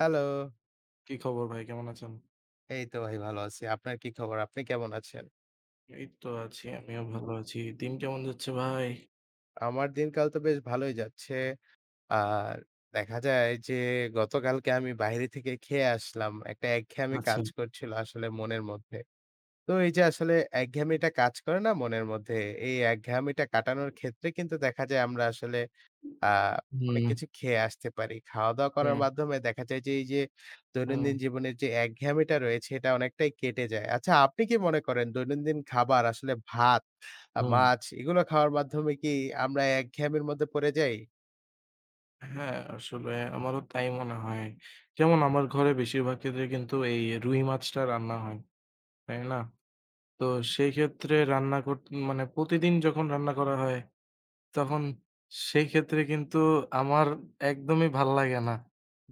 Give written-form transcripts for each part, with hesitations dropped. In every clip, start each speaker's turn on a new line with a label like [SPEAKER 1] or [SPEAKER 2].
[SPEAKER 1] Hello.
[SPEAKER 2] কি খবর ভাই? কেমন আছেন?
[SPEAKER 1] এই তো ভাই ভালো আছি। আপনার কি খবর? আপনি কেমন আছেন?
[SPEAKER 2] এই তো আছি। আমিও ভালো আছি। দিন কেমন যাচ্ছে ভাই?
[SPEAKER 1] আমার দিনকাল তো বেশ ভালোই যাচ্ছে। আর দেখা যায় যে গতকালকে আমি বাইরে থেকে খেয়ে আসলাম। একটা একঘেয়েমি
[SPEAKER 2] আচ্ছা।
[SPEAKER 1] কাজ করছিল আসলে মনের মধ্যে। তো এই যে আসলে একঘেয়েমিটা কাজ করে না মনের মধ্যে, এই একঘেয়েমিটা কাটানোর ক্ষেত্রে কিন্তু দেখা যায় আমরা আসলে আ অনেক
[SPEAKER 2] হুম,
[SPEAKER 1] কিছু খেয়ে আসতে পারি। খাওয়া-দাওয়া করার
[SPEAKER 2] হুম।
[SPEAKER 1] মাধ্যমে দেখা যায় যে, এই যে
[SPEAKER 2] হুম,
[SPEAKER 1] দৈনন্দিন জীবনের যে একঘেয়েমিটা রয়েছে, এটা অনেকটাই কেটে যায়। আচ্ছা, আপনি কি মনে করেন দৈনন্দিন খাবার আসলে ভাত,
[SPEAKER 2] হুম।
[SPEAKER 1] মাছ এগুলো খাওয়ার মাধ্যমে কি আমরা একঘেয়েমির মধ্যে পড়ে যাই?
[SPEAKER 2] হ্যাঁ, আসলে আমারও তাই মনে হয়। যেমন আমার ঘরে বেশিরভাগ ক্ষেত্রে কিন্তু এই রুই মাছটা রান্না হয়। তাই না? তো সেই ক্ষেত্রে রান্না কর মানে প্রতিদিন যখন রান্না করা হয়, তখন সেই ক্ষেত্রে কিন্তু আমার একদমই ভাল লাগে না।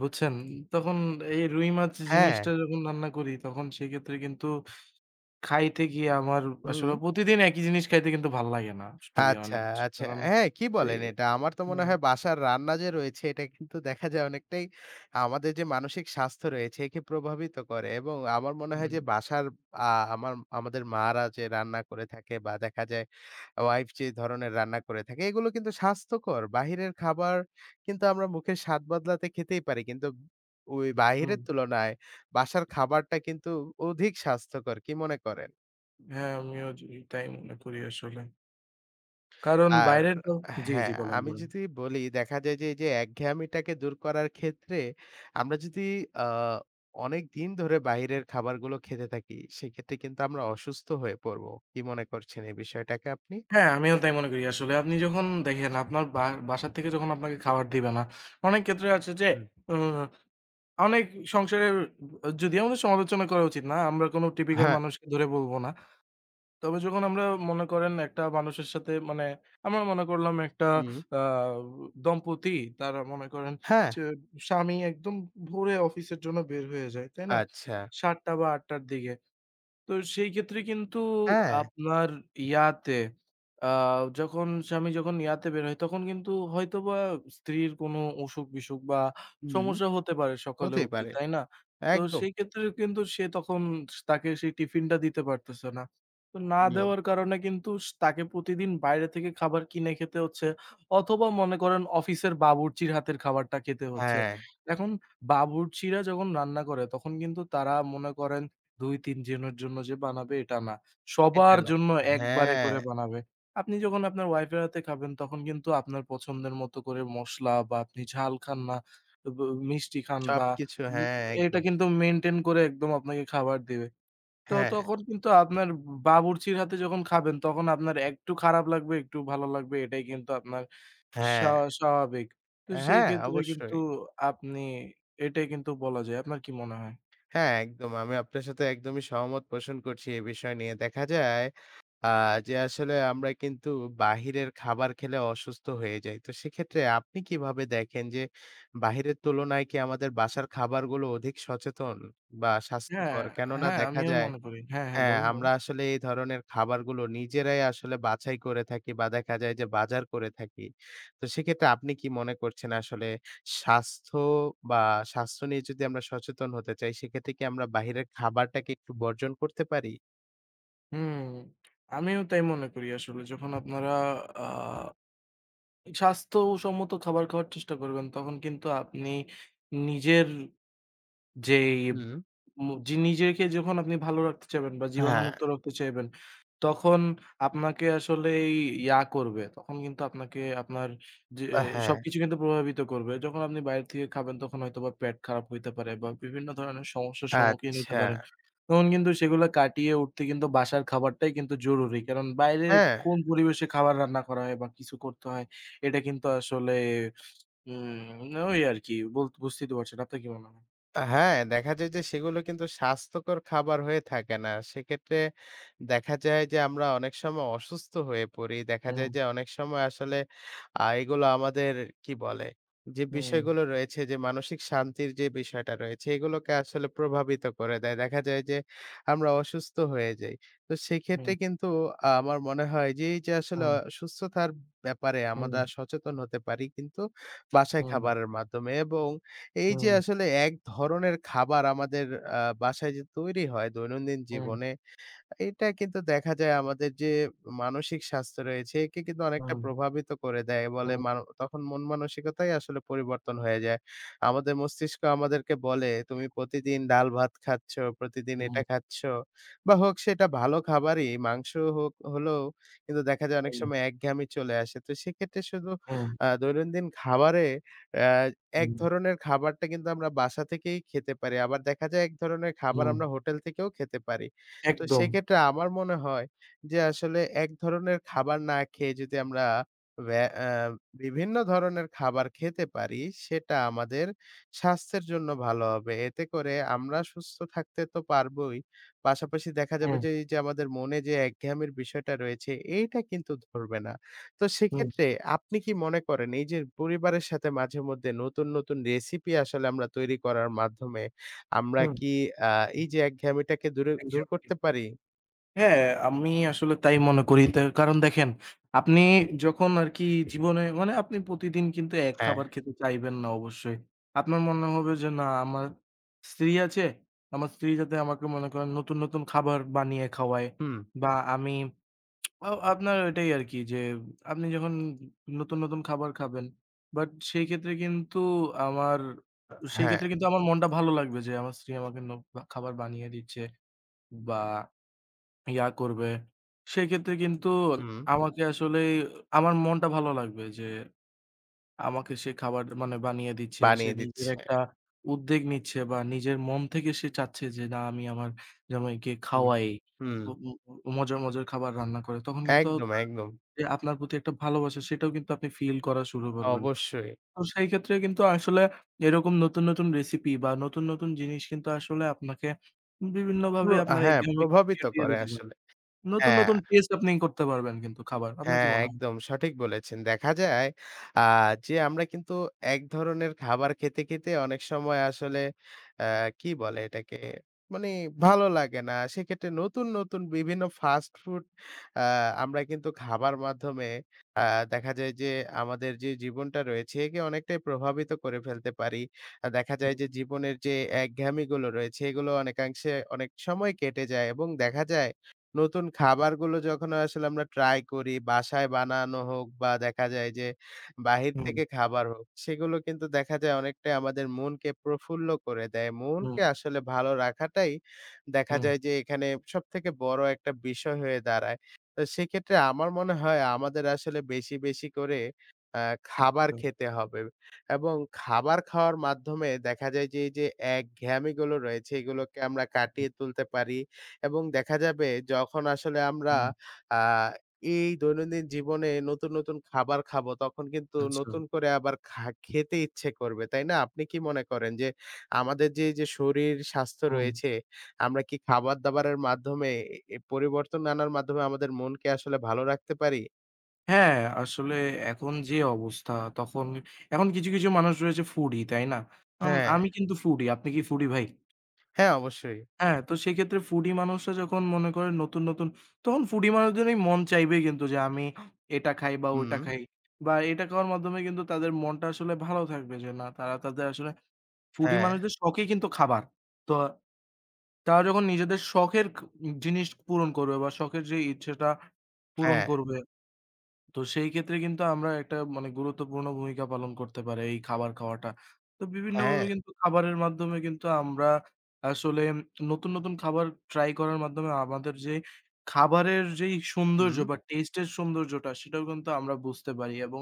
[SPEAKER 2] বুঝছেন? তখন এই রুই মাছ
[SPEAKER 1] হ্যাঁ,
[SPEAKER 2] জিনিসটা যখন রান্না করি, তখন সেক্ষেত্রে কিন্তু খাইতে গিয়ে আমার
[SPEAKER 1] হুম।
[SPEAKER 2] আসলে প্রতিদিন একই জিনিস খাইতে কিন্তু ভাল লাগে না। টু বি
[SPEAKER 1] আচ্ছা,
[SPEAKER 2] অনেস্ট
[SPEAKER 1] আচ্ছা।
[SPEAKER 2] কারণ
[SPEAKER 1] হ্যাঁ, কি
[SPEAKER 2] এ
[SPEAKER 1] বলেন এটা? আমার তো মনে
[SPEAKER 2] হ্যাঁ,
[SPEAKER 1] হয় বাসার রান্না যে রয়েছে এটা কিন্তু দেখা যায় অনেকটাই আমাদের যে মানসিক স্বাস্থ্য রয়েছে একে প্রভাবিত করে এবং আমার মনে হয়
[SPEAKER 2] হুম,
[SPEAKER 1] যে বাসার আ আমার আমাদের মারা যে রান্না করে থাকে বা দেখা যায় ওয়াইফ যে ধরনের রান্না করে থাকে এগুলো কিন্তু স্বাস্থ্যকর। বাহিরের খাবার কিন্তু আমরা মুখের স্বাদ বদলাতে খেতেই পারি। কিন্তু ওই
[SPEAKER 2] হুম।
[SPEAKER 1] বাহিরের তুলনায় বাসার খাবারটা কিন্তু অধিক স্বাস্থ্যকর। কি মনে করেন?
[SPEAKER 2] হ্যাঁ, আমিও তাই মনে করি আসলে। কারণ
[SPEAKER 1] আর
[SPEAKER 2] বাইরের তো জি, জি,
[SPEAKER 1] হ্যাঁ,
[SPEAKER 2] বলেন,
[SPEAKER 1] আমি
[SPEAKER 2] বলেন।
[SPEAKER 1] যদি বলি দেখা যায় যে, এই যে একঘেয়েমিটাকে দূর করার ক্ষেত্রে আমরা যদি আ অনেকদিন ধরে বাহিরের খাবারগুলো খেতে থাকি, সেক্ষেত্রে কিন্তু আমরা অসুস্থ হয়ে পড়বো। কি মনে করছেন এই বিষয়টাকে আপনি?
[SPEAKER 2] হ্যাঁ, আমিও তাই মনে করি আসলে। আপনি যখন দেখেন আপনার বা বাসা থেকে যখন আপনাকে খাবার দিবে না, অনেক ক্ষেত্রে আছে যে
[SPEAKER 1] হুম।
[SPEAKER 2] অ অনেক সংসারের, যদিও আমাদের সমালোচনা করা উচিত না। আমরা কোন টিপিক্যাল
[SPEAKER 1] হ্যাঁ।
[SPEAKER 2] মানুষকে ধরে বলব না। তবে যখন আমরা মনে করেন একটা মানুষের সাথে, মানে আমরা মনে করলাম একটা
[SPEAKER 1] হুম।
[SPEAKER 2] আ দম্পতি, তারা মনে করেন
[SPEAKER 1] হ্যাঁ,
[SPEAKER 2] যে স্বামী একদম ভোরে অফিসের জন্য বের হয়ে যায়, তাই না?
[SPEAKER 1] আচ্ছা।
[SPEAKER 2] ৭:০০ বা ৮:০০ র দিকে। তো সেই ক্ষেত্রে কিন্তু
[SPEAKER 1] হ্যাঁ।
[SPEAKER 2] আপনার ইয়াতে, আ যখন স্বামী যখন ইয়াতে বের হয়, তখন কিন্তু হয়তোবা স্ত্রীর কোনো অসুখ-বিসুখ বা
[SPEAKER 1] হুম।
[SPEAKER 2] সমস্যা হতে পারে সকালে
[SPEAKER 1] হতেই
[SPEAKER 2] উঠতে,
[SPEAKER 1] পারে।
[SPEAKER 2] তাই না? তো
[SPEAKER 1] একদম।
[SPEAKER 2] সেই ক্ষেত্রে কিন্তু সে তখন তাকে সেই টিফিনটা দিতে পারতেছে না। তো না
[SPEAKER 1] হুম।
[SPEAKER 2] দেওয়ার কারণে কিন্তু তাকে প্রতিদিন বাইরে থেকে খাবার কিনে খেতে হচ্ছে, অথবা মনে করেন অফিসের বাবুর্চির হাতের খাবারটা খেতে হচ্ছে।
[SPEAKER 1] হ্যাঁ,
[SPEAKER 2] এখন বাবুর্চিরা যখন রান্না করে তখন কিন্তু তারা মনে করেন ২-৩ জনের জন্য যে বানাবে এটা না।
[SPEAKER 1] এটা
[SPEAKER 2] সবার
[SPEAKER 1] না।
[SPEAKER 2] জন্য একবারে
[SPEAKER 1] হ্যাঁ,
[SPEAKER 2] করে বানাবে। আপনি যখন আপনার ওয়াইফের হাতে খাবেন তখন কিন্তু আপনার পছন্দের মতো করে মসলা, বা আপনি ঝাল খান না, ব মিষ্টি খান বা
[SPEAKER 1] সবকিছু
[SPEAKER 2] উ
[SPEAKER 1] হ্যাঁ,
[SPEAKER 2] এটা
[SPEAKER 1] একদম।
[SPEAKER 2] কিন্তু মেইনটেইন করে একদম আপনাকে খাবার দিবে। তো
[SPEAKER 1] হ্যাঁ,
[SPEAKER 2] তখন কিন্তু আপনার বাবুর্চির হাতে যখন খাবেন তখন আপনার একটু খারাপ লাগবে, একটু ভালো লাগবে, এটাই কিন্তু আপনার স্বা
[SPEAKER 1] হ্যাঁ,
[SPEAKER 2] স্বাভাবিক। তো সেই
[SPEAKER 1] হ্যাঁ,
[SPEAKER 2] ক্ষেত্রে কিন্তু
[SPEAKER 1] অবশ্যই।
[SPEAKER 2] আপনি এটাই কিন্তু বলা যায়। আপনার কি মনে হয়?
[SPEAKER 1] হ্যাঁ, একদম। আমি আপনার সাথে একদমই সহমত পোষণ করছি এ বিষয় নিয়ে। দেখা যায় আ যে আসলে আমরা কিন্তু বাহিরের খাবার খেলে অসুস্থ হয়ে যাই। তো সেক্ষেত্রে আপনি কিভাবে দেখেন যে বাহিরের তুলনায় কি আমাদের বাসার খাবারগুলো অধিক সচেতন বা
[SPEAKER 2] হ্যাঁ,
[SPEAKER 1] স্বাস্থ্যকর? কেননা
[SPEAKER 2] হ্যাঁ,
[SPEAKER 1] দেখা
[SPEAKER 2] আমিও
[SPEAKER 1] যায়
[SPEAKER 2] মনে করি। হ্যাঁ, হ্যাঁ,
[SPEAKER 1] হ্যাঁ,
[SPEAKER 2] বলুন, বলুন।
[SPEAKER 1] আমরা আসলে এই ধরনের খাবারগুলো নিজেরাই আসলে বাছাই করে থাকি বা দেখা যায় যে বাজার করে থাকি। তো সেক্ষেত্রে আপনি কি মনে করছেন আসলে স্বাস্থ্য বা স্বাস্থ্য নিয়ে যদি আমরা সচেতন হতে চাই সেক্ষেত্রে কি আমরা বাহিরের খাবারটাকে একটু বর্জন করতে পারি?
[SPEAKER 2] হুম, আমিও তাই মনে করি আসলে। যখন আপনারা আ স্বাস্থ্যসম্মত খাবার খাওয়ার চেষ্টা করবেন, তখন কিন্তু আপনি নিজের যেই
[SPEAKER 1] হুম।
[SPEAKER 2] মু জি নিজেকে যখন আপনি ভালো রাখতে চাইবেন বা
[SPEAKER 1] হ্যাঁ,
[SPEAKER 2] জীবাণুমুক্ত রাখতে চাইবেন, তখন আপনাকে আসলে এই ইয়া করবে। তখন কিন্তু আপনাকে আপনার যে
[SPEAKER 1] হ্যাঁ,
[SPEAKER 2] সবকিছু কিন্তু প্রভাবিত করবে। যখন আপনি বাইরে থেকে খাবেন তখন হয়তোবা পেট খারাপ হইতে পারে বা বিভিন্ন ধরনের সমস্যার সম্মুখীন হইতে
[SPEAKER 1] আচ্ছা।
[SPEAKER 2] পারেন। তখন কিন্তু সেগুলা কাটিয়ে উঠতে কিন্তু বাসার খাবারটাই কিন্তু জরুরি। কারণ বাইরে
[SPEAKER 1] হ্যাঁ।
[SPEAKER 2] কোন পরিবেশে খাবার রান্না করা হয় বা কিছু করতে হয় এটা কিন্তু আসলে ওই আরকি বুঝতেই তো পারছেন। আপনার কি মনে হয়?
[SPEAKER 1] হ্যাঁ, দেখা যায় যে সেগুলো কিন্তু স্বাস্থ্যকর খাবার হয়ে থাকে না। সেক্ষেত্রে দেখা যায় যে আমরা অনেক সময় অসুস্থ হয়ে পড়ি। দেখা
[SPEAKER 2] হুম,
[SPEAKER 1] যায় যে অনেক সময় আসলে এগুলো আমাদের কি বলে? যে
[SPEAKER 2] হুম,
[SPEAKER 1] বিষয়গুলো রয়েছে যে মানসিক শান্তির যে বিষয়টা রয়েছে এগুলোকে আসলে প্রভাবিত করে দেয়। দেখা যায় যে আমরা অসুস্থ হয়ে যাই। তো
[SPEAKER 2] হুম।
[SPEAKER 1] সেক্ষেত্রে কিন্তু আমার মনে হয় যে এই যে আসলে
[SPEAKER 2] হুম,
[SPEAKER 1] অসুস্থতার ব্যাপারে
[SPEAKER 2] হুম,
[SPEAKER 1] আমরা সচেতন হতে পারি কিন্তু বাসায়
[SPEAKER 2] হুম,
[SPEAKER 1] খাবারের মাধ্যমে এবং এই যে
[SPEAKER 2] হুম,
[SPEAKER 1] আসলে এক ধরনের খাবার আমাদের বাসায় যে তৈরি হয় দৈনন্দিন
[SPEAKER 2] হুম,
[SPEAKER 1] জীবনে, এটা কিন্তু দেখা যায় আমাদের যে মানসিক স্বাস্থ্য রয়েছে একে কিন্তু অনেকটা
[SPEAKER 2] হুম,
[SPEAKER 1] প্রভাবিত করে দেয় বলে
[SPEAKER 2] হুম,
[SPEAKER 1] মানো তখন মন মানসিকতাই আসলে পরিবর্তন হয়ে যায়। আমাদের মস্তিষ্ক আমাদেরকে বলে, "তুমি প্রতিদিন ডাল ভাত খাচ্ছ, প্রতিদিন
[SPEAKER 2] হুম,
[SPEAKER 1] এটা খাচ্ছ" বা হোক সেটা ভালো খাবারই, মাংস হোক হলেও কিন্তু দেখা যায় অনেক
[SPEAKER 2] হুম,
[SPEAKER 1] সময় একঘেয়েমি চলে আসে। তো সেক্ষেত্রে শুধু
[SPEAKER 2] হুম,
[SPEAKER 1] দৈনন্দিন খাবারে অ্যা এক
[SPEAKER 2] হুম,
[SPEAKER 1] ধরনের খাবারটা কিন্তু আমরা বাসা থেকেই খেতে পারি। আবার দেখা যায় এক ধরনের খাবার
[SPEAKER 2] হুম।
[SPEAKER 1] আমরা হোটেল থেকেও খেতে পারি। তো
[SPEAKER 2] একদম।
[SPEAKER 1] সেক্ষেত্রে আমার মনে হয় যে আসলে এক ধরনের খাবার না খেয়ে যদি আমরা ব্যা আ বিভিন্ন ধরনের খাবার খেতে পারি সেটা আমাদের স্বাস্থ্যের জন্য ভালো হবে। এতে করে আমরা সুস্থ থাকতে তো পারবই। পাশাপাশি দেখা যাবে
[SPEAKER 2] হুম,
[SPEAKER 1] যে এই যে আমাদের মনে যে একঘেয়ামির বিষয়টা রয়েছে এইটা কিন্তু ধরবে না। তো
[SPEAKER 2] হুম,
[SPEAKER 1] সেক্ষেত্রে আপনি কি মনে করেন এই যে পরিবারের সাথে মাঝে মধ্যে নতুন, নতুন রেসিপি আসলে আমরা তৈরি করার মাধ্যমে আমরা
[SPEAKER 2] হুম।
[SPEAKER 1] কি আ এই যে একঘেয়েমিটাকে দূর
[SPEAKER 2] একদমই ঠিক।
[SPEAKER 1] করতে পারি?
[SPEAKER 2] হ্যাঁ, আমি আসলে তাই মনে করি। তা কারণ দেখেন, আপনি যখন আরকি জীবনে মানে আপনি প্রতিদিন কিন্তু এক
[SPEAKER 1] হ্যাঁ,
[SPEAKER 2] খাবার খেতে চাইবেন না অবশ্যই। আপনার মনে হবে যে, "না, আমার স্ত্রী আছে। আমার স্ত্রী যাতে আমাকে মনে করেন নতুন, নতুন খাবার বানিয়ে খাওয়ায়
[SPEAKER 1] হুম,
[SPEAKER 2] বা আমি।" আ আপনার ওইটাই আরকি যে আপনি যখন নতুন, নতুন খাবার খাবেন। বাট সেই ক্ষেত্রে কিন্তু আমার সেই
[SPEAKER 1] হ্যাঁ,
[SPEAKER 2] ক্ষেত্রে কিন্তু আমার মনটা ভালো লাগবে যে আমার স্ত্রী আমাকে খাবার বানিয়ে দিচ্ছে বা ইয়া করবে। সেক্ষেত্রে কিন্তু
[SPEAKER 1] হুম,
[SPEAKER 2] আমাকে আসলেই আমার মনটা ভালো লাগবে যে আমাকে সে খাবার মানে বানিয়ে দিচ্ছে। সে
[SPEAKER 1] বানিয়ে দিচ্ছে।
[SPEAKER 2] নিজের একটা উদ্যোগ নিচ্ছে বা নিজের মন থেকে সে চাচ্ছে যে, "না আমি আমার জামাইকে
[SPEAKER 1] হুম,
[SPEAKER 2] খাওয়াই।"
[SPEAKER 1] হুম,
[SPEAKER 2] উ উ মজার, মজার খাবার রান্না করে। তখন কিন্তু
[SPEAKER 1] একদম,
[SPEAKER 2] তার
[SPEAKER 1] একদম।
[SPEAKER 2] যে আপনার প্রতি একটা ভালোবাসা সেটাও কিন্তু আপনি ফিল করা শুরু করবেন।
[SPEAKER 1] অবশ্যই।
[SPEAKER 2] তো সেই ক্ষেত্রে কিন্তু আসলে এরকম নতুন, নতুন রেসিপি বা নতুন, নতুন জিনিস কিন্তু আসলে আপনাকে
[SPEAKER 1] প্র
[SPEAKER 2] বিভিন্নভাবে আপনার
[SPEAKER 1] হ্যাঁ,
[SPEAKER 2] এক্সামে
[SPEAKER 1] প্রভাবিত
[SPEAKER 2] কাটিয়ে
[SPEAKER 1] করে
[SPEAKER 2] দিতে পারে।
[SPEAKER 1] আসলে।
[SPEAKER 2] নতুন,
[SPEAKER 1] হ্যাঁ,
[SPEAKER 2] নতুন টেস্ট আপনি করতে পারবেন কিন্তু খাবার। আপনার কি
[SPEAKER 1] হ্যাঁ,
[SPEAKER 2] মনে হয়?
[SPEAKER 1] একদম সঠিক বলেছেন। দেখা যায় আ যে আমরা কিন্তু এক ধরনের খাবার খেতে, খেতে অনেক সময় আসলে আ কি বলে এটাকে? মানে ভালো লাগে না। সেক্ষেত্রে নতুন, নতুন বিভিন্ন ফাস্ট ফুড আ আমরা কিন্তু খাবার মাধ্যমে দেখা যায় যে আমাদের যে জীবনটা রয়েছে একে অনেকটাই প্রভাবিত করে ফেলতে পারি। দেখা
[SPEAKER 2] হুম,
[SPEAKER 1] যায় যে জীবনের যে একঘেয়েমিগুলো রয়েছে এগুলো অনেকাংশে অনেক সময় কেটে যায় এবং দেখা যায় নতুন খাবারগুলো যখন আসলে আমরা ট্রাই করি বাসায় বানানো হোক বা দেখা যায় যে বাহির
[SPEAKER 2] হুম,
[SPEAKER 1] থেকে খাবার হোক, সেগুলো কিন্তু দেখা যায় অনেকটাই আমাদের মনকে প্রফুল্ল করে দেয়।
[SPEAKER 2] হুম,
[SPEAKER 1] মনকে আসলে ভালো রাখাটাই দেখা
[SPEAKER 2] হুম।
[SPEAKER 1] যায় যে এখানে সবথেকে বড় একটা বিষয় হয়ে দাঁড়ায়। তো সেক্ষেত্রে আমার মনে হয় আমাদের আসলে বেশি, বেশি করে আ খাবার
[SPEAKER 2] আচ্ছা,
[SPEAKER 1] খেতে হবে এবং খাবার খাওয়ার মাধ্যমে দেখা যায় যে, এই যে একঘেয়ামিগুলো রয়েছে, এগুলোকে আমরা
[SPEAKER 2] হুম,
[SPEAKER 1] কাটিয়ে তুলতে পারি এবং দেখা যাবে যখন আসলে আমরা
[SPEAKER 2] হুম।
[SPEAKER 1] আ এই দৈনন্দিন জীবনে নতুন, নতুন খাবার খাবো, তখন কিন্তু
[SPEAKER 2] আচ্ছা।
[SPEAKER 1] নতুন করে আবার খেতে ইচ্ছে করবে, তাই না? আপনি কি মনে করেন যে, আমাদের যে, এই যে শরীর স্বাস্থ্য
[SPEAKER 2] হুম।
[SPEAKER 1] রয়েছে আমরা কি খাবার-দাবারের মাধ্যমে এ এ পরিবর্তন আনার মাধ্যমে আমাদের মনকে আসলে ভালো রাখতে পারি?
[SPEAKER 2] হ্যাঁ, আসলে এখন যে অবস্থা তখন এখন কিছু, কিছু মানুষ রয়েছে ফুডি, তাই না?
[SPEAKER 1] হ্যাঁ,
[SPEAKER 2] আমি কিন্তু ফুডি। আপনি কি ফুডি ভাই?
[SPEAKER 1] হ্যাঁ অবশ্যই।
[SPEAKER 2] হ্যাঁ, তো সেক্ষেত্রে ফুডি মানুষরা যখন মনে করেন নতুন, নতুন, তখন ফুডি মানুষদেরই মন চাইবে কিন্তু যে আমি এটা খাই বা
[SPEAKER 1] হুম।
[SPEAKER 2] ওটা খাই। বা এটা খাওয়ার মাধ্যমে কিন্তু তাদের মনটা আসলে ভালো থাকবে যে না তারা তাদের আসলে ফুডি
[SPEAKER 1] হ্যাঁ,
[SPEAKER 2] মানুষদের শখই কিন্তু খাবার। তো তারা যখন নিজেদের শখের জিনিস পূরণ করবে বা শখের যে ইচ্ছাটা পূরণ
[SPEAKER 1] হ্যাঁ,
[SPEAKER 2] করবে, তো সেই ক্ষেত্রে কিন্তু আমরা একটা মানে গুরুত্বপূর্ণ ভূমিকা পালন করতে পারে এই খাবার খাওয়াটা। তো
[SPEAKER 1] হ্যাঁ,
[SPEAKER 2] বিভিন্নভাবে
[SPEAKER 1] হ্যাঁ,
[SPEAKER 2] কিন্তু খাবারের মাধ্যমে কিন্তু আমরা আসলে নতুন, নতুন খাবার ট্রাই করার মাধ্যমে আমাদের যে খাবারের যেই সৌন্দর্য
[SPEAKER 1] হুম।
[SPEAKER 2] বা টেস্টের সৌন্দর্যটা সেটাও কিন্তু আমরা বুঝতে পারি এবং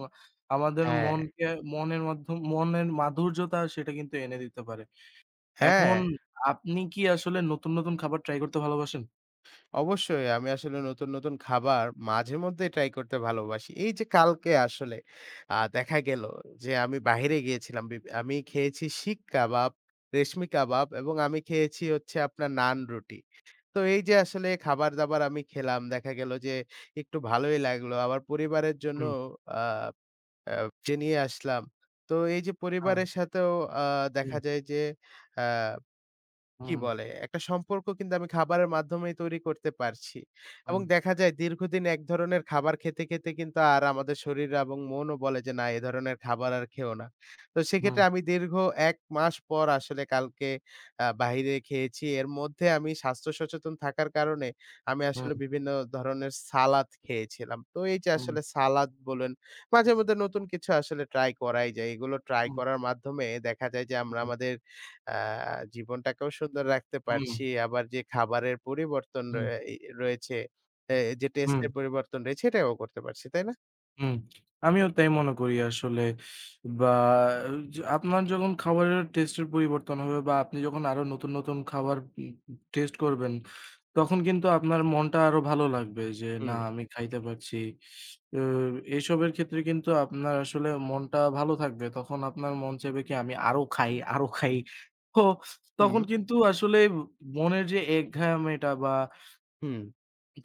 [SPEAKER 2] আমাদের
[SPEAKER 1] হ্যাঁ,
[SPEAKER 2] মনকে মনের মাধ্যম মনের মাধুর্যতা সেটা কিন্তু এনে দিতে পারে।
[SPEAKER 1] হ্যাঁ।
[SPEAKER 2] এখন আপনি কি আসলে নতুন, নতুন খাবার ট্রাই করতে ভালোবাসেন?
[SPEAKER 1] অবশ্যই আমি আসলে নতুন, নতুন খাবার মাঝে মধ্যেই ট্রাই করতে ভালোবাসি। এই যে কালকে আসলে দেখা গেল যে আমি বাহিরে গিয়েছিলাম। আমি খেয়েছি শিক কাবাব, রেশমি কাবাব এবং আমি খেয়েছি হচ্ছে আপনার নান রুটি। তো এই যে আসলে খাবার-দাবার আমি খেলাম, দেখা গেল যে একটু ভালোই লাগলো। আবার পরিবারের জন্য
[SPEAKER 2] হুম,
[SPEAKER 1] আ যে নিয়ে আসলাম। তো এই যে
[SPEAKER 2] হ্যাঁ,
[SPEAKER 1] পরিবারের সাথেও আ
[SPEAKER 2] হুম,
[SPEAKER 1] দেখা যায় যে আ কি
[SPEAKER 2] হুম,
[SPEAKER 1] বলে? একটা সম্পর্ক কিন্তু আমি খাবারের মাধ্যমেই তৈরি করতে পারছি।
[SPEAKER 2] হুম,
[SPEAKER 1] এবং দেখা যায় দীর্ঘদিন এক ধরনের খাবার খেতে, খেতে কিন্তু আর আমাদের শরীর এবং মনও বলে যে, "না এ ধরনের খাবার আর খেও না।" তো
[SPEAKER 2] হুম,
[SPEAKER 1] সেক্ষেত্রে আমি দীর্ঘ ১ মাস পর আসলে কালকে বাহিরে খেয়েছি। এর মধ্যে আমি স্বাস্থ্য সচেতন থাকার কারণে আমি আসলে
[SPEAKER 2] হুম,
[SPEAKER 1] বিভিন্ন ধরনের সালাদ খেয়েছিলাম। তো এই যে
[SPEAKER 2] হুম,
[SPEAKER 1] আসলে সালাদ বলুন, মাঝে মধ্যে নতুন কিছু আসলে ট্রাই করাই যায়। এগুলো ট্রাই
[SPEAKER 2] হুম,
[SPEAKER 1] করার মাধ্যমে দেখা যায় যে আমরা
[SPEAKER 2] হুম।
[SPEAKER 1] আমাদের আ জীবনটাকেও সুন্দর রাখতে
[SPEAKER 2] হুম,
[SPEAKER 1] পারছি। আবার যে খাবারের পরিবর্তন
[SPEAKER 2] হুম,
[SPEAKER 1] রয়েছে, এ যে
[SPEAKER 2] হুম,
[SPEAKER 1] টেস্টের পরিবর্তন রয়েছে এটাও করতে পারছি, তাই না?
[SPEAKER 2] হুম। আমিও তাই মনে করি আসলে। বা য আপনার যখন খাবারের টেস্টের পরিবর্তন হবে বা আপনি যখন আরো নতুন, নতুন খাবার ই টেস্ট করবেন, তখন কিন্তু আপনার মনটা আরো ভালো লাগবে যে, "না,
[SPEAKER 1] হুম,
[SPEAKER 2] আমি খাইতে পারছি।" তো এসবের ক্ষেত্রে কিন্তু আপনার আসলে মনটা ভালো থাকবে। তখন আপনার মন চাইবে কি, "আমি আরো খাই, আরো খাই।" তো
[SPEAKER 1] হুম।
[SPEAKER 2] তখন কিন্তু আসলে মনের যে একঘেয়েমিটা বা
[SPEAKER 1] হুম।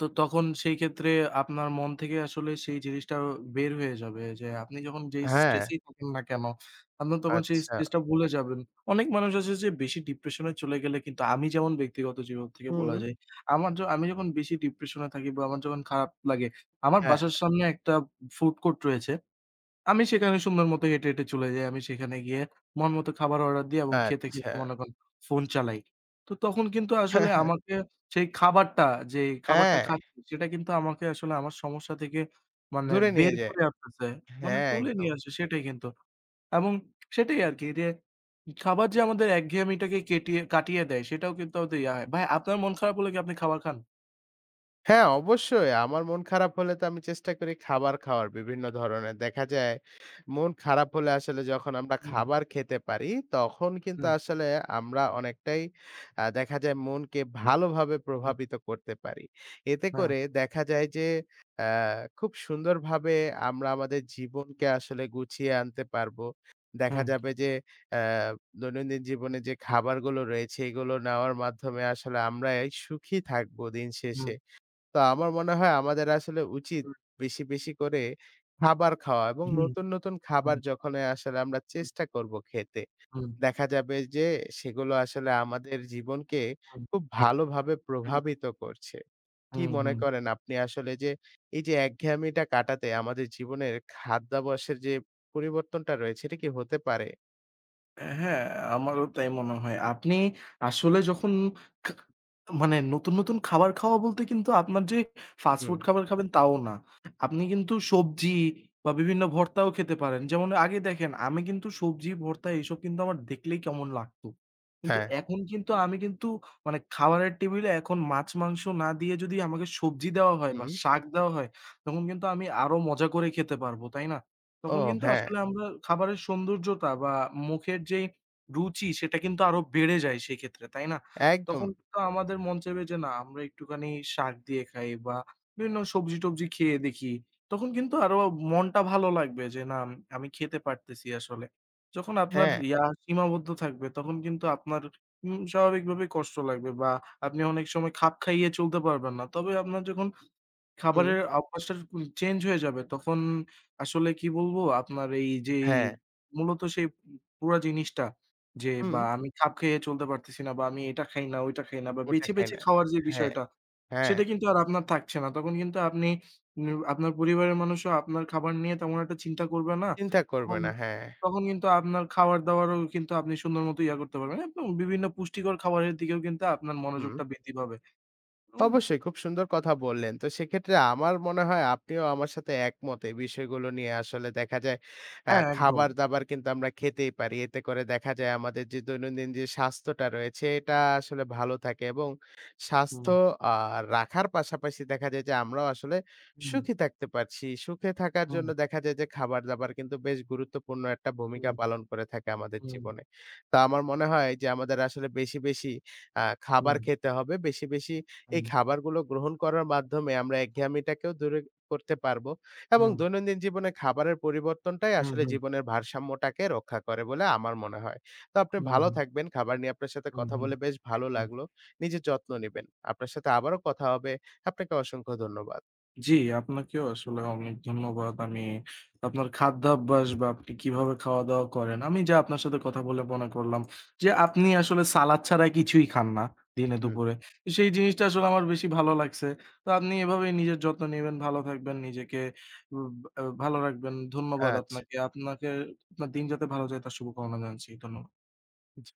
[SPEAKER 2] তো তখন সেই ক্ষেত্রে আপনার মন থেকে আসলে সেই জিনিসটা বের হয়ে যাবে যে আপনি যখন যেই
[SPEAKER 1] হ্যাঁ,
[SPEAKER 2] স্ট্রেসেই থাকেন না কেন, আপনি তখন সেই
[SPEAKER 1] আচ্ছা।
[SPEAKER 2] স্ট্রেসটা ভুলে যাবেন। অনেক মানুষ আছে যে বেশি ডিপ্রেশনে চলে গেলে কিন্তু, আমি যেমন ব্যক্তিগত জীবন থেকে বলা
[SPEAKER 1] হুম।
[SPEAKER 2] যায়, আমার য আমি যখন বেশি ডিপ্রেশনে থাকি বা আমার যখন খারাপ লাগে, আমার
[SPEAKER 1] হ্যাঁ,
[SPEAKER 2] বাসার সামনে একটা ফুড কোর্ট রয়েছে। আমি সেখানে সুন্দর মতো হেঁটে, হেঁটে চলে যাই। আমি সেখানে গিয়ে মন মতো খাবার অর্ডার দিই এবং খেতে, খেতে
[SPEAKER 1] আচ্ছা।
[SPEAKER 2] মনে করেন ফোন চালাই। তো তখন কিন্তু আসলে আমাকে সেই খাবারটা, যে খাবারটা
[SPEAKER 1] হ্যাঁ,
[SPEAKER 2] খাচ্ছি সেটা কিন্তু আমাকে আসলে আমার সমস্যা থেকে মানে
[SPEAKER 1] দূরে নিয়ে
[SPEAKER 2] বের
[SPEAKER 1] যায়।
[SPEAKER 2] করে আনতেছে। মানে
[SPEAKER 1] হ্যাঁ,
[SPEAKER 2] তুলে
[SPEAKER 1] একদম।
[SPEAKER 2] নিয়ে আসে সেটাই কিন্তু। এবং সেটাই আরকি যে খাবার যে আমাদের একঘেয়েমিটাকে কাটিয়ে দেয় সেটাও কিন্তু আমাদের ইয়া হয়। ভাই আপনার মন খারাপ হলে কি আপনি খাবার খান?
[SPEAKER 1] হ্যাঁ, অবশ্যই। আমার মন খারাপ হলে তো আমি চেষ্টা করি খাবার খাওয়ার বিভিন্ন ধরনের। দেখা যায় মন খারাপ হলে আসলে যখন আমরা
[SPEAKER 2] হুম,
[SPEAKER 1] খাবার খেতে পারি, তখন কিন্তু
[SPEAKER 2] হুম,
[SPEAKER 1] আসলে আমরা অনেকটাই দেখা যায় মনকে ভালোভাবে
[SPEAKER 2] হুম,
[SPEAKER 1] প্রভাবিত করতে পারি। এতে
[SPEAKER 2] হ্যাঁ,
[SPEAKER 1] করে দেখা যায় যে আ খুব সুন্দরভাবে আমরা আমাদের জীবনকে আসলে গুছিয়ে আনতে পারবো। দেখা
[SPEAKER 2] হুম,
[SPEAKER 1] যাবে যে আ দৈনন্দিন জীবনে যে খাবারগুলো রয়েছে, এগুলো নেওয়ার মাধ্যমে আসলে আমরাই সুখী থাকবো দিন
[SPEAKER 2] হুম,
[SPEAKER 1] শেষে। তো আমার মনে হয় আমাদের আসলে উচিত
[SPEAKER 2] হুম,
[SPEAKER 1] বেশি, বেশি করে খাবার খাওয়া এবং
[SPEAKER 2] হুম,
[SPEAKER 1] নতুন, নতুন
[SPEAKER 2] হুম,
[SPEAKER 1] খাবার যখন আসলে আমরা
[SPEAKER 2] হুম,
[SPEAKER 1] চেষ্টা করব খেতে,
[SPEAKER 2] হুম,
[SPEAKER 1] দেখা যাবে যে সেগুলো আসলে আমাদের জীবনকে
[SPEAKER 2] হুম,
[SPEAKER 1] খুব ভালোভাবে
[SPEAKER 2] হুম।
[SPEAKER 1] প্রভাবিত করছে। কি
[SPEAKER 2] হুম,
[SPEAKER 1] মনে
[SPEAKER 2] হুম।
[SPEAKER 1] করেন আপনি আসলে যে এই যে একঘেয়েমিটা কাটাতে আমাদের জীবনের খাদ্যাভ্যাসের যে পরিবর্তনটা রয়েছে এটা কি হতে পারে?
[SPEAKER 2] হ্যাঁ, আমারও তাই মনে হয়। আপনি আসলে যখন খা মানে নতুন, নতুন খাবার খাওয়া বলতে কিন্তু আপনার যে ফাস্ট
[SPEAKER 1] হুম,
[SPEAKER 2] ফুড খাবার খাবেন তাও না। আপনি কিন্তু সবজি বা বিভিন্ন ভর্তাও খেতে পারেন। যেমন আগে দেখেন আমি কিন্তু সবজি, ভর্তা এসব কিন্তু আমার দেখলেই কেমন লাগতো। কিন্তু
[SPEAKER 1] হ্যাঁ,
[SPEAKER 2] এখন কিন্তু আমি কিন্তু মানে খাবারের টেবিলে এখন মাছ, মাংস না দিয়ে যদি আমাকে সবজি দেওয়া হয় বা
[SPEAKER 1] হুম,
[SPEAKER 2] শাক দেওয়া হয়, তখন কিন্তু আমি আরো মজা করে খেতে পারবো, তাই না?
[SPEAKER 1] ও
[SPEAKER 2] তখন কিন্তু
[SPEAKER 1] হ্যাঁ,
[SPEAKER 2] আসলে আমরা খাবারের সৌন্দর্যতা বা মুখের যেই রুচি সেটা কিন্তু আরো বেড়ে যায় সেক্ষেত্রে, তাই না?
[SPEAKER 1] একদম।
[SPEAKER 2] তখন কিন্তু আমাদের মন চাইবে যে না আমরা একটুখানি শাক দিয়ে খাই বা বিভিন্ন সবজি-টবজি খেয়ে দেখি। তখন কিন্তু আরো মনটা ভালো লাগবে যে না আমি খেতে পারতেছি আসলে। যখন আপনার
[SPEAKER 1] হ্যাঁ,
[SPEAKER 2] ইয়া সীমাবদ্ধ থাকবে তখন কিন্তু আপনার স্বাভাবিকভাবেই কষ্ট লাগবে বা আপনি অনেক সময় খাপ খাইয়ে চলতে পারবেন না। তবে আপনার যখন
[SPEAKER 1] হুম,
[SPEAKER 2] খাবারের অভ্যাসটা চেঞ্জ হয়ে যাবে। তখন আসলে কি বলবো? আপনার এই যে এই
[SPEAKER 1] হ্যাঁ,
[SPEAKER 2] মূলত সেই পুরা জিনিসটা যে,
[SPEAKER 1] হুম,
[SPEAKER 2] বা আমি খাপ খেয়ে চলতে পারতেছি না বা আমি এটা খাই না, ওইটা খাই না বা
[SPEAKER 1] ওটা
[SPEAKER 2] বেছে,
[SPEAKER 1] খাই
[SPEAKER 2] বেছে
[SPEAKER 1] না।
[SPEAKER 2] খাওয়ার যে
[SPEAKER 1] হ্যাঁ,
[SPEAKER 2] বিষয়টা,
[SPEAKER 1] হ্যাঁ।
[SPEAKER 2] সেটা কিন্তু আর আপনার থাকছে না। তখন কিন্তু আপনি আপনার পরিবারের মানুষও আপনার খাবার নিয়ে তেমন একটা চিন্তা করবে না।
[SPEAKER 1] চিন্তা করবে
[SPEAKER 2] তখন
[SPEAKER 1] না। হ্যাঁ,
[SPEAKER 2] তখন কিন্তু আপনার খাওয়ার-দাওয়ারও কিন্তু আপনি সুন্দর মতো ইয়া করতে পারবেন এবং বিভিন্ন পুষ্টিকর খাবারের দিকেও কিন্তু আপনার
[SPEAKER 1] হুম।
[SPEAKER 2] মনোযোগটা বৃদ্ধি পাবে। উম
[SPEAKER 1] অবশ্যই খুব সুন্দর কথা বললেন। তো সেক্ষেত্রে আমার মনে হয় আপনিও আমার সাথে একমত এই বিষয়গুলো নিয়ে। আসলে দেখা যায়
[SPEAKER 2] হ্যাঁ, একদম।
[SPEAKER 1] খাবার-দাবার কিন্তু আমরা খেতেই পারি। এতে করে দেখা যায় আমাদের যে দৈনন্দিন যে স্বাস্থ্যটা রয়েছে এটা আসলে ভালো থাকে এবং
[SPEAKER 2] হুম,
[SPEAKER 1] স্বাস্থ্য আ রাখার পাশাপাশি দেখা যায় যে আমরাও আসলে
[SPEAKER 2] হুম।
[SPEAKER 1] সুখী থাকতে পারছি। সুখে থাকার
[SPEAKER 2] হুম,
[SPEAKER 1] জন্য দেখা যায় যে খাবার-দাবার কিন্তু বেশ গুরুত্বপূর্ণ একটা ভূমিকা
[SPEAKER 2] হুম,
[SPEAKER 1] পালন করে থাকে আমাদের
[SPEAKER 2] হুম,
[SPEAKER 1] জীবনে। তো আমার মনে হয় যে আমাদের আসলে বেশি, বেশি খাবার
[SPEAKER 2] হুম,
[SPEAKER 1] খেতে হবে। বেশি, বেশি
[SPEAKER 2] হুম,
[SPEAKER 1] এই খাবারগুলো গ্রহণ করার মাধ্যমে আমরা একঘেয়ামিটাকেও দূরে করতে পারবো এবং
[SPEAKER 2] হুম,
[SPEAKER 1] দৈনন্দিন জীবনে খাবারের পরিবর্তনটাই
[SPEAKER 2] হুম,
[SPEAKER 1] আসলে
[SPEAKER 2] হুম,
[SPEAKER 1] জীবনের ভারসাম্যটাকে রক্ষা করে বলে আমার মনে হয়। তো আপনি
[SPEAKER 2] হুম,
[SPEAKER 1] ভালো থাকবেন। খাবার নিয়ে আপনার সাথে
[SPEAKER 2] হুম,
[SPEAKER 1] কথা
[SPEAKER 2] হুম,
[SPEAKER 1] বলে বেশ ভালো
[SPEAKER 2] হুম।
[SPEAKER 1] লাগলো। নিজের যত্ন নিবেন। আপনার সাথে আবারও কথা হবে। আপনাকে অসংখ্য ধন্যবাদ।
[SPEAKER 2] জি, আপনাকেও আসলে অনেক ধন্যবাদ। আমি আপনার খাদ্যাভ্যাস বা আপনি কিভাবে খাওয়া-দাওয়া করেন, আমি যা আপনার সাথে কথা বলে মনে করলাম যে আপনি আসলে সালাদ ছাড়া কিছুই খান না দিনে
[SPEAKER 1] হুম।
[SPEAKER 2] দুপুরে। সেই জিনিসটা আসলে আমার বেশি ভালো লাগছে। তো আপনি এভাবেই নিজের যত্ন নিবেন, ভালো থাকবেন, নিজেকে উ আ ভালো রাখবেন। ধন্যবাদ
[SPEAKER 1] আচ্ছা।
[SPEAKER 2] আপনাকে। আপনাকে আপনার দিন যাতে ভালো যায় তার শুভকামনা জানছি। ধন্যবাদ।
[SPEAKER 1] জি।